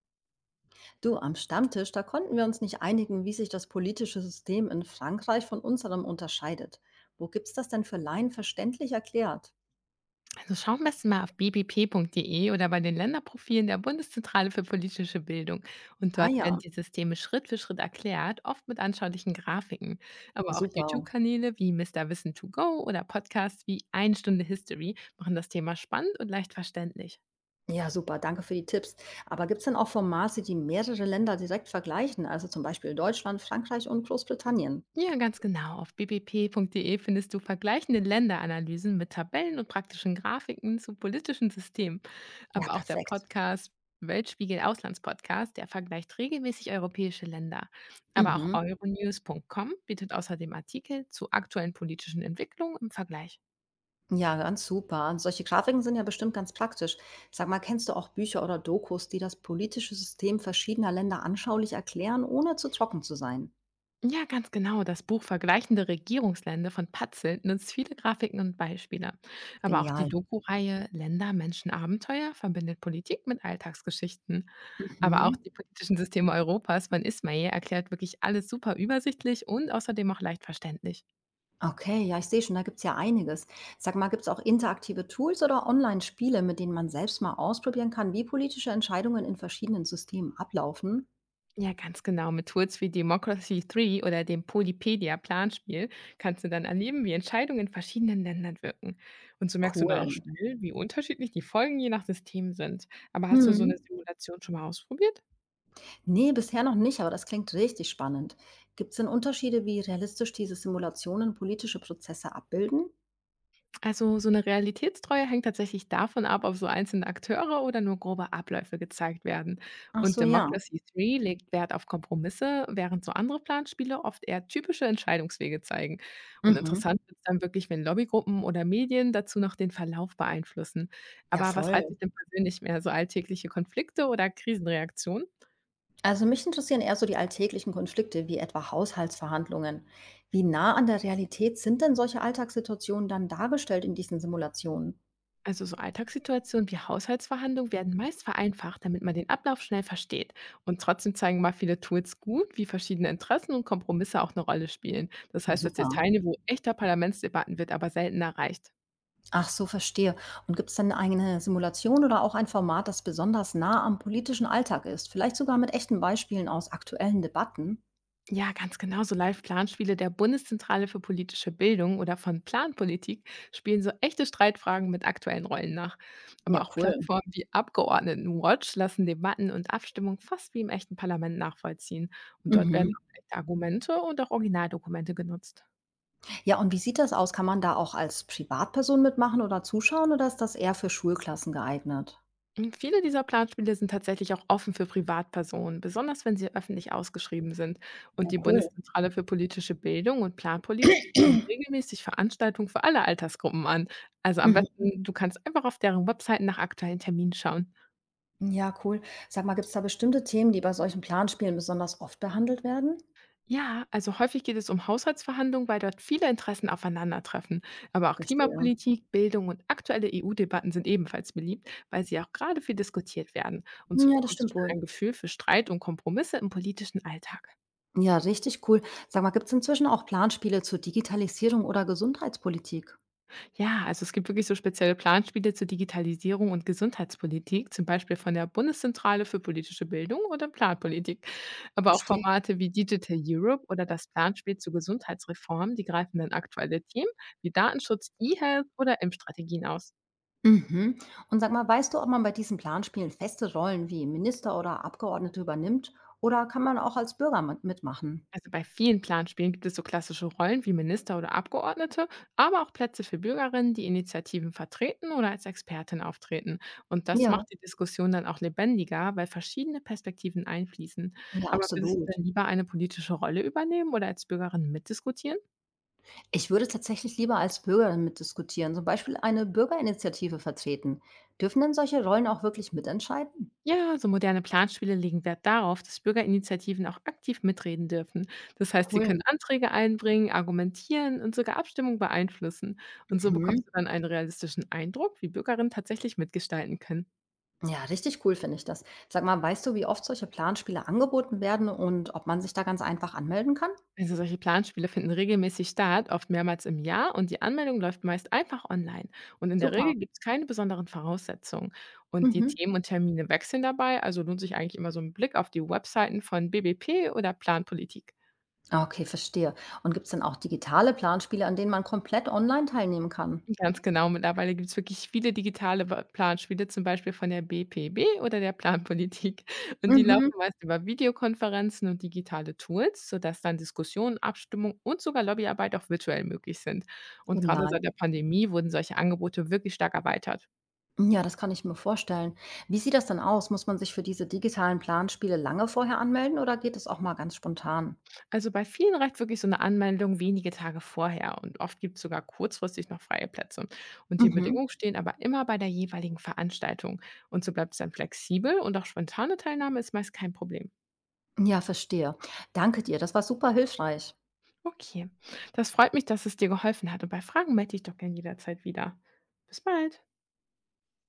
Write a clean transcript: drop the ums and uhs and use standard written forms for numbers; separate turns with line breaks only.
Du am Stammtisch, da konnten wir uns nicht einigen, wie sich das politische System in Frankreich von unserem unterscheidet. Wo gibt's das denn für Laien verständlich erklärt?
Also schau am besten mal auf bbp.de oder bei den Länderprofilen der Bundeszentrale für politische Bildung. Und
Ah
dort werden
ja,
die Systeme Schritt für Schritt erklärt, oft mit anschaulichen Grafiken.
ja,
Aber auch
super.
YouTube-Kanäle wie Mr. Wissen to Go oder Podcasts wie Eine Stunde History machen das Thema spannend und leicht verständlich.
Ja, super, danke für die Tipps. Aber gibt's denn auch Formate, die mehrere Länder direkt vergleichen? Also zum Beispiel Deutschland, Frankreich und Großbritannien.
Ja, ganz genau. Auf bbp.de findest du vergleichende Länderanalysen mit Tabellen und praktischen Grafiken zu politischen Systemen.
Ja,
Aber auch der
perfekt.
Podcast Weltspiegel Auslandspodcast, der vergleicht regelmäßig europäische Länder. Aber auch
Mhm.
euronews.com bietet außerdem Artikel zu aktuellen politischen Entwicklungen im Vergleich.
Ja, ganz super. Und solche Grafiken sind ja bestimmt ganz praktisch. Sag mal, kennst du auch Bücher oder Dokus, die das politische System verschiedener Länder anschaulich erklären, ohne zu trocken zu sein?
Ja, ganz genau. Das Buch Vergleichende Regierungsländer von Patzel nutzt viele Grafiken und Beispiele. Aber auch die
Genial.
Doku-Reihe Länder, Menschen, Abenteuer verbindet Politik mit Alltagsgeschichten. Aber auch
Mhm.
die politischen Systeme Europas von Ismail erklärt wirklich alles super übersichtlich und außerdem auch leicht verständlich.
Okay, ja, ich sehe schon, da gibt's ja einiges. Sag mal, gibt's auch interaktive Tools oder Online-Spiele, mit denen man selbst mal ausprobieren kann, wie politische Entscheidungen in verschiedenen Systemen ablaufen?
Ja, ganz genau. Mit Tools wie Democracy 3 oder dem Polypedia-Planspiel kannst du dann erleben, wie Entscheidungen in verschiedenen Ländern wirken. Und so merkst du dann auch
Cool.
schnell, wie unterschiedlich die Folgen je nach System sind. Aber hast du so eine
Mhm.
Simulation schon mal ausprobiert?
Nee, bisher noch nicht, aber das klingt richtig spannend. Gibt's denn Unterschiede, wie realistisch diese Simulationen politische Prozesse abbilden?
Also so eine Realitätstreue hängt tatsächlich davon ab, ob so einzelne Akteure oder nur grobe Abläufe gezeigt werden.
Ach
Und
so, ja.
Democracy 3 legt Wert auf Kompromisse, während so andere Planspiele oft eher typische Entscheidungswege zeigen. Und
Mhm.
interessant wird es dann wirklich, wenn Lobbygruppen oder Medien dazu noch den Verlauf beeinflussen.
Ja,
Aber was reizt
voll.
dich denn persönlich mehr, so alltägliche Konflikte oder Krisenreaktionen?
Also mich interessieren eher so die alltäglichen Konflikte, wie etwa Haushaltsverhandlungen. Wie nah an der Realität sind denn solche Alltagssituationen dann dargestellt in diesen Simulationen?
Also so Alltagssituationen wie Haushaltsverhandlungen werden meist vereinfacht, damit man den Ablauf schnell versteht. Und trotzdem zeigen mal viele Tools gut, wie verschiedene Interessen und Kompromisse auch eine Rolle spielen. Das
Ja,
heißt, das
super.
Detailniveau echter Parlamentsdebatten wird aber selten erreicht.
Ach so, verstehe. Und gibt es denn eine Simulation oder auch ein Format, das besonders nah am politischen Alltag ist? Vielleicht sogar mit echten Beispielen aus aktuellen Debatten?
Ja, ganz genau. So Live-Planspiele der Bundeszentrale für politische Bildung oder von Planpolitik spielen so echte Streitfragen mit aktuellen Rollen nach.
Ja,
Aber auch
cool.
Plattformen wie Abgeordnetenwatch lassen Debatten und Abstimmung fast wie im echten Parlament nachvollziehen. Und dort werden
Mhm.
auch echte Argumente und auch Originaldokumente genutzt.
Ja, und wie sieht das aus? Kann man da auch als Privatperson mitmachen oder zuschauen oder ist das eher für Schulklassen geeignet?
Viele dieser Planspiele sind tatsächlich auch offen für Privatpersonen, besonders wenn sie öffentlich ausgeschrieben sind.
Ja,
Und die
cool.
Bundeszentrale für politische Bildung und Planpolitik bietet regelmäßig Veranstaltungen für alle Altersgruppen an. Also am
Mhm.
besten, du kannst einfach auf deren Webseiten nach aktuellen Terminen schauen.
Ja, cool. Sag mal, gibt es da bestimmte Themen, die bei solchen Planspielen besonders oft behandelt werden?
Ja, also häufig geht es um Haushaltsverhandlungen, weil dort viele Interessen aufeinandertreffen. Aber auch
Verstehe.
Klimapolitik, Bildung und aktuelle EU-Debatten sind ebenfalls beliebt, weil sie auch gerade viel diskutiert werden. Und so
Ja, das
bekommst du
stimmt
schnell
wohl.
ein Gefühl für Streit und Kompromisse im politischen Alltag.
Ja, richtig cool. Sag mal, gibt es inzwischen auch Planspiele zur Digitalisierung oder Gesundheitspolitik?
Ja, also es gibt wirklich so spezielle Planspiele zur Digitalisierung und Gesundheitspolitik, zum Beispiel von der Bundeszentrale für politische Bildung oder Planpolitik. Aber auch
Verstehe.
Formate wie Digital Europe oder das Planspiel zur Gesundheitsreform, die greifen dann aktuelle Themen wie Datenschutz, E-Health oder Impfstrategien aus.
Mhm. Und sag mal, weißt du, ob man bei diesen Planspielen feste Rollen wie Minister oder Abgeordnete übernimmt oder kann man auch als Bürger mitmachen?
Also bei vielen Planspielen gibt es so klassische Rollen wie Minister oder Abgeordnete, aber auch Plätze für Bürgerinnen, die Initiativen vertreten oder als Expertin auftreten. Und das
Ja.
macht die Diskussion dann auch lebendiger, weil verschiedene Perspektiven einfließen.
Ja,
Aber würdest du
absolut.
denn lieber eine politische Rolle übernehmen oder als Bürgerin mitdiskutieren?
Ich würde tatsächlich lieber als Bürger mitdiskutieren, zum Beispiel eine Bürgerinitiative vertreten. Dürfen denn solche Rollen auch wirklich mitentscheiden?
Ja, so moderne Planspiele legen Wert darauf, dass Bürgerinitiativen auch aktiv mitreden dürfen. Das heißt, sie können
Cool.
Anträge einbringen, argumentieren und sogar Abstimmung beeinflussen. Und so
Mhm.
bekommst du dann einen realistischen Eindruck, wie Bürgerinnen tatsächlich mitgestalten können.
Ja, richtig cool finde ich das. Sag mal, weißt du, wie oft solche Planspiele angeboten werden und ob man sich da ganz einfach anmelden kann?
Also solche Planspiele finden regelmäßig statt, oft mehrmals im Jahr und die Anmeldung läuft meist einfach online. Und in der
Super.
Regel gibt es keine besonderen Voraussetzungen. Und die
Mhm.
Themen und Termine wechseln dabei, also lohnt sich eigentlich immer so ein Blick auf die Webseiten von BBP oder Planpolitik.
Ah, okay, verstehe. Und gibt es denn auch digitale Planspiele, an denen man komplett online teilnehmen kann?
Ganz genau. Mittlerweile gibt es wirklich viele digitale Wa Planspiele, zum Beispiel von der BPB oder der Planpolitik. Und die laufen
Mhm.
meist über Videokonferenzen und digitale Tools, sodass dann Diskussionen, Abstimmung und sogar Lobbyarbeit auch virtuell möglich sind. Und gerade
Genial.
seit der Pandemie wurden solche Angebote wirklich stark erweitert.
Ja, das kann ich mir vorstellen. Wie sieht das denn aus? Muss man sich für diese digitalen Planspiele lange vorher anmelden oder geht es auch mal ganz spontan?
Also bei vielen reicht wirklich so eine Anmeldung wenige Tage vorher und oft gibt es sogar kurzfristig noch freie Plätze. Und die
Mhm.
Bedingungen stehen aber immer bei der jeweiligen Veranstaltung. Und so bleibt es dann flexibel und auch spontane Teilnahme ist meist kein Problem.
Ja, verstehe. Danke dir. Das war super hilfreich.
Okay, das freut mich, dass es dir geholfen hat und bei Fragen melde dich doch gern jederzeit wieder. Bis bald.